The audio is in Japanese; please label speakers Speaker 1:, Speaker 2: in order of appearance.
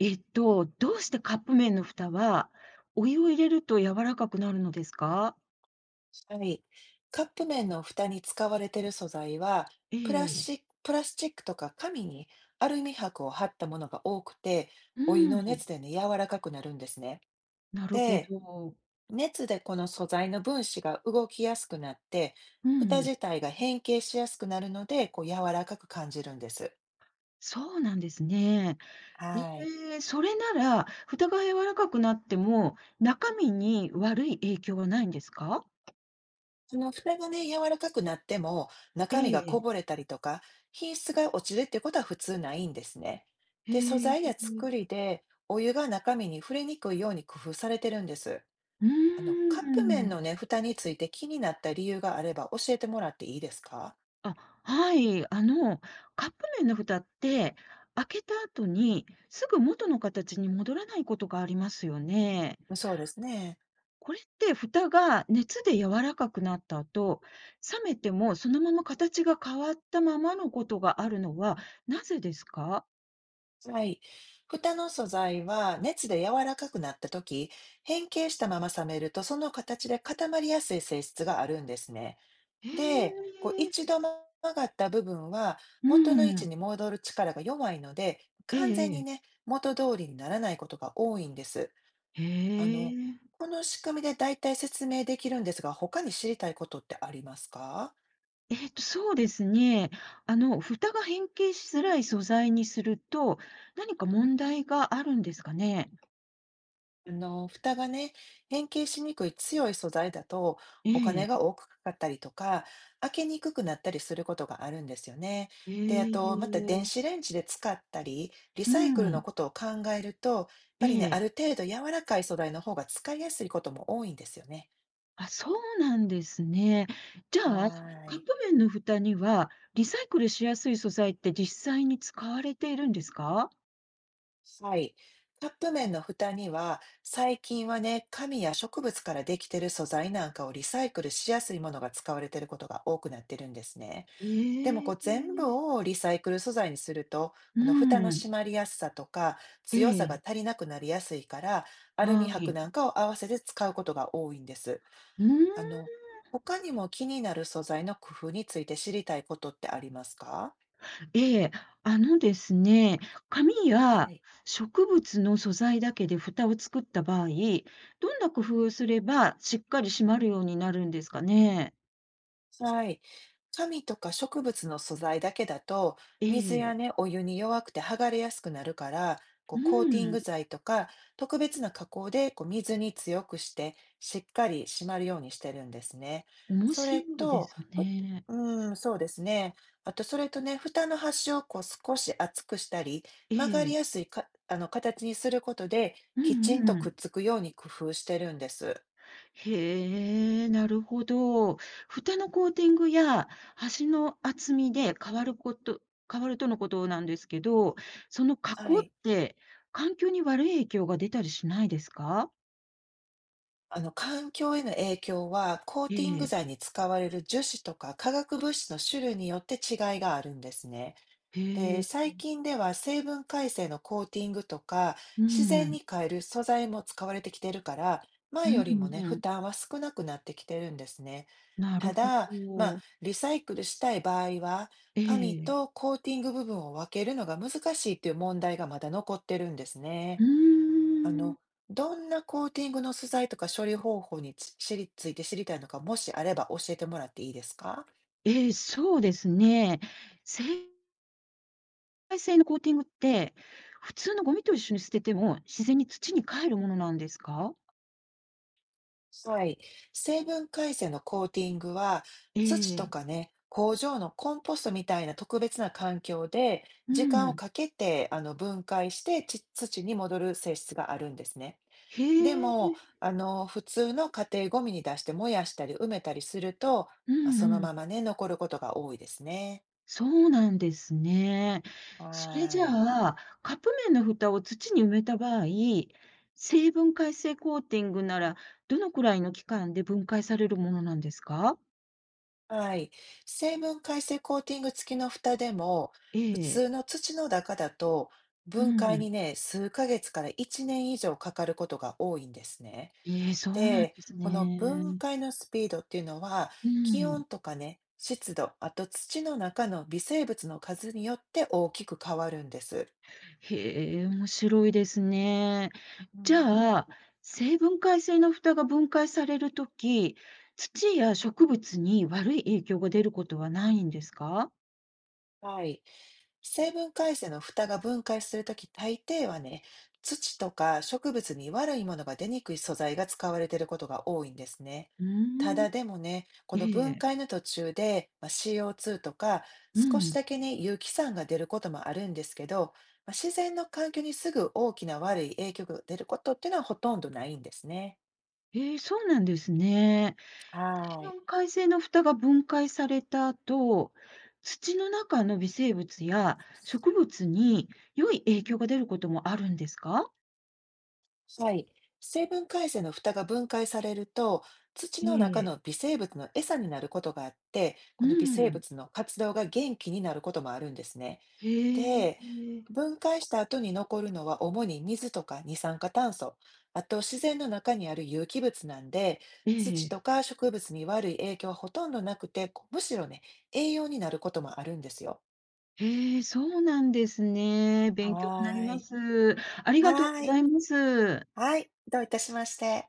Speaker 1: どうしてカップ麺の蓋は、お湯を入れると柔らかくなるのですか？
Speaker 2: はい。カップ麺の蓋に使われている素材は、
Speaker 1: え
Speaker 2: プラス
Speaker 1: え。
Speaker 2: チック、プラスチックとか紙にアルミ箔を貼ったものが多くて、
Speaker 1: う
Speaker 2: お湯の
Speaker 1: ん、
Speaker 2: 熱でね、柔らかくなるんですね。
Speaker 1: なるほ
Speaker 2: で、
Speaker 1: ど。
Speaker 2: 熱でこの素材の分子が動きやすくなって、
Speaker 1: う
Speaker 2: 蓋
Speaker 1: ん、
Speaker 2: 自体が変形しやすくなるので、こう柔らかく感じるんです。
Speaker 1: そうなんですね。
Speaker 2: はい。
Speaker 1: ええ、それなら、蓋が柔らかくなっても、中身に悪い影響はないんですか？
Speaker 2: その蓋がね、柔らかくなっても、
Speaker 1: え
Speaker 2: 中身がこ
Speaker 1: え、
Speaker 2: ぼれたりとか、品質が落ちるってことは普通ないんですね。で、素
Speaker 1: へ
Speaker 2: 材
Speaker 1: え。
Speaker 2: や作りで、お湯が中身に触れにくいように工夫されてるんです。
Speaker 1: うー
Speaker 2: カップ麺
Speaker 1: ん。
Speaker 2: のね、蓋について気になった理由があれば教えてもらっていいですか？
Speaker 1: あ、はい。あの、カップ麺の蓋って、開けた後に、すぐ元の形に戻らないことがありますよね。
Speaker 2: そうですね。
Speaker 1: これって蓋が熱で柔らかくなった後、冷めてもそのまま形が変わったままのことがあるのはなぜですか？
Speaker 2: はい。蓋の素材は熱で柔らかくなった時、変形したまま冷めると、その形で固まりやすい性質があるんですね。
Speaker 1: へ
Speaker 2: で、こう
Speaker 1: え。
Speaker 2: 一度曲がった部分は
Speaker 1: う
Speaker 2: 元の位置
Speaker 1: ん。
Speaker 2: に戻る力が弱いので、
Speaker 1: え
Speaker 2: 完
Speaker 1: え
Speaker 2: 全
Speaker 1: え
Speaker 2: に
Speaker 1: え。
Speaker 2: ね、元通りにならないことが多いんです。
Speaker 1: へ
Speaker 2: あの、
Speaker 1: え。
Speaker 2: この仕組みで大体説明できるんですが、他に知りたいことってありますか？
Speaker 1: そうですね。あの、蓋が変形しづらい素材にすると、何か問題があるんですかね？
Speaker 2: 蓋がね、変形しにくい強い素材だと、
Speaker 1: え
Speaker 2: お金
Speaker 1: え。
Speaker 2: が多くかかったりとか、開けにくくなったりすることがあるんですよね。で、あ
Speaker 1: え
Speaker 2: と、また電
Speaker 1: え。
Speaker 2: 子レンジで使ったり、リ
Speaker 1: う
Speaker 2: サイクルの
Speaker 1: ん。
Speaker 2: ことを考えると、やっぱ
Speaker 1: え
Speaker 2: りね、あ
Speaker 1: え。
Speaker 2: る程度柔らかい素材の方が使いやすいことも多いんですよね。
Speaker 1: あ、そうなんですね。じゃあ、
Speaker 2: はー
Speaker 1: カッ
Speaker 2: い。
Speaker 1: プ麺の蓋には、リサイクルしやすい素材って実際に使われているんですか？
Speaker 2: はい。カップ麺の蓋には、最近はね、紙や植物からできてる素材なんかをリサイクルしやすいものが使われてることが多くなってるんですね。でも
Speaker 1: え
Speaker 2: こう全部
Speaker 1: え。
Speaker 2: をリサイクル素材にすると、
Speaker 1: う
Speaker 2: この蓋の
Speaker 1: ん。
Speaker 2: 閉まりやすさとか
Speaker 1: え
Speaker 2: 強さが
Speaker 1: え、
Speaker 2: 足りなくなりやすいから、アル
Speaker 1: は
Speaker 2: ミ箔
Speaker 1: い。
Speaker 2: なんかを合わせて使うことが多いんです。
Speaker 1: うー
Speaker 2: あ
Speaker 1: ん。
Speaker 2: の、他にも気になる素材の工夫について知りたいことってありますか？
Speaker 1: ええ、あのですね、紙
Speaker 2: は
Speaker 1: や
Speaker 2: い
Speaker 1: 植物の素材だけで蓋を作った場合、どんな工夫をすればしっかり閉まるようになるんですかね？
Speaker 2: はい。紙とか植物の素材だけだと、
Speaker 1: え
Speaker 2: 水や
Speaker 1: え。
Speaker 2: ね、お湯に弱くて剥がれやすくなるから、こ
Speaker 1: う
Speaker 2: うコーティング
Speaker 1: ん、
Speaker 2: 剤とか特別な加工でこう水に強くして、しっかり締まるようにしてるんですね。
Speaker 1: 面
Speaker 2: それ
Speaker 1: 白いで
Speaker 2: と、
Speaker 1: す
Speaker 2: ふ
Speaker 1: ね。
Speaker 2: うん、そうですね。あと、それとね、蓋の端をこう少し厚くしたり、
Speaker 1: え
Speaker 2: 曲がりや
Speaker 1: え。
Speaker 2: すいか、形にすることで、
Speaker 1: う
Speaker 2: きちんと
Speaker 1: んう
Speaker 2: く
Speaker 1: ん。
Speaker 2: っつくように工夫してるんです。
Speaker 1: へえ、なるほど。蓋のコーティングや端の厚みで変わること、変わるとのことなんですけど、その加
Speaker 2: は
Speaker 1: 工っ
Speaker 2: い。
Speaker 1: て環境に悪い影響が出たりしないですか？
Speaker 2: 環境への影響は、コー
Speaker 1: え
Speaker 2: ティング
Speaker 1: え、
Speaker 2: 剤に使われる樹脂とか化学物質の種類によって違いがあるんですね。
Speaker 1: へ
Speaker 2: で、
Speaker 1: え、
Speaker 2: 最近では成分改正のコーティングとか、
Speaker 1: う
Speaker 2: 自然
Speaker 1: ん、
Speaker 2: に変える素材も使われてきてるから、
Speaker 1: う
Speaker 2: 前よりも
Speaker 1: ん
Speaker 2: ね、
Speaker 1: う
Speaker 2: 負
Speaker 1: ん、
Speaker 2: 担は少なくなってきてるんですね。
Speaker 1: なる
Speaker 2: た
Speaker 1: ほ
Speaker 2: だ、まあ、
Speaker 1: ど。
Speaker 2: リサイクルしたい場合は、
Speaker 1: え
Speaker 2: 紙
Speaker 1: え、
Speaker 2: とコーティング部分を分けるのが難しいっていう問題がまだ残ってるんです
Speaker 1: う
Speaker 2: ね。
Speaker 1: ー
Speaker 2: あの、
Speaker 1: ん。
Speaker 2: どんなコーティングの素材とか処理方法について知りたいのか、もしあれば教えてもらっていいですか？
Speaker 1: ええ、そうですね。正解性のコーティングって、普通のゴミと一緒に捨てても自然に土に還るものなんですか？
Speaker 2: はい。成分改正のコーティングは、
Speaker 1: え
Speaker 2: 土とか
Speaker 1: え。
Speaker 2: ね、工場のコンポストみたいな特別な環境で、
Speaker 1: う
Speaker 2: 時間を
Speaker 1: ん。
Speaker 2: かけて分解して土に戻る性質があるんですね。
Speaker 1: へ
Speaker 2: でも、
Speaker 1: え。
Speaker 2: 普通の家庭ゴミに出して燃やしたり埋めたりすると、
Speaker 1: う
Speaker 2: まあ、
Speaker 1: ん
Speaker 2: その
Speaker 1: う
Speaker 2: ま
Speaker 1: ん。
Speaker 2: まね、残ることが多いですね。
Speaker 1: そうなんですね。
Speaker 2: は
Speaker 1: それじゃ
Speaker 2: ーい。
Speaker 1: あ、カップ麺の蓋を土に埋めた場合、生分解性コーティングなら、どのくらいの期間で分解されるものなんですか？
Speaker 2: はい。成分解性コーティング付きの蓋でも、
Speaker 1: え
Speaker 2: 普
Speaker 1: え。
Speaker 2: 通の土の中だと、
Speaker 1: う
Speaker 2: 分解
Speaker 1: ん。
Speaker 2: にね、数ヶ月から1年以上かかることが多いんですね。
Speaker 1: ええ、そうなんで
Speaker 2: で、
Speaker 1: す
Speaker 2: この分
Speaker 1: ね。
Speaker 2: 解のスピードっていうのは、
Speaker 1: う
Speaker 2: 気
Speaker 1: ん。
Speaker 2: 温とかね、湿度、あと土の中の微生物の数によって大きく変わるんです。
Speaker 1: へえ、面白いですね。
Speaker 2: う
Speaker 1: じ
Speaker 2: ん。
Speaker 1: ゃあ、生分解性の蓋が分解されるとき、土や植物に悪い影響が出ることはないんですか？
Speaker 2: はい。成分解性の蓋が分解するとき、大抵はね、土とか植物に悪いものが出にくい素材が使われていることが多いんですね。
Speaker 1: うー
Speaker 2: た
Speaker 1: ん。
Speaker 2: だでもね、こ
Speaker 1: え
Speaker 2: の分
Speaker 1: え、
Speaker 2: 解の途中で、まあ、CO2 とか
Speaker 1: う
Speaker 2: 少し
Speaker 1: ん。
Speaker 2: だけね、有機酸が出ることもあるんですけど、まあ、自然の環境にすぐ大きな悪い影響が出ることっていうのはほとんどないんですね。
Speaker 1: ええ、そうなんですね。
Speaker 2: はい。
Speaker 1: 分解性の蓋が分解された後、土の中の微生物や植物に良い影響が出ることもあるんですか？
Speaker 2: はい。成分解性の蓋が分解されると、土
Speaker 1: え
Speaker 2: の中
Speaker 1: え、
Speaker 2: の微生物の餌になることがあって、こ
Speaker 1: う
Speaker 2: の微生
Speaker 1: ん。
Speaker 2: 物の活動が元気になることもあるんですね。
Speaker 1: へ
Speaker 2: で、
Speaker 1: え。
Speaker 2: 分解した後に残るのは主に水とか二酸化炭素、あと自然の中にある有機物なんで、
Speaker 1: え
Speaker 2: 土
Speaker 1: え。
Speaker 2: とか植物に悪い影響はほとんどなくて、こうむしろね、栄養になることもあるんですよ。
Speaker 1: へえ、そうなんですね。勉強に
Speaker 2: は
Speaker 1: なり
Speaker 2: ー
Speaker 1: ま
Speaker 2: い。
Speaker 1: す。ありがとう
Speaker 2: はー
Speaker 1: ござ
Speaker 2: い。
Speaker 1: います。
Speaker 2: はい。どういたしまして。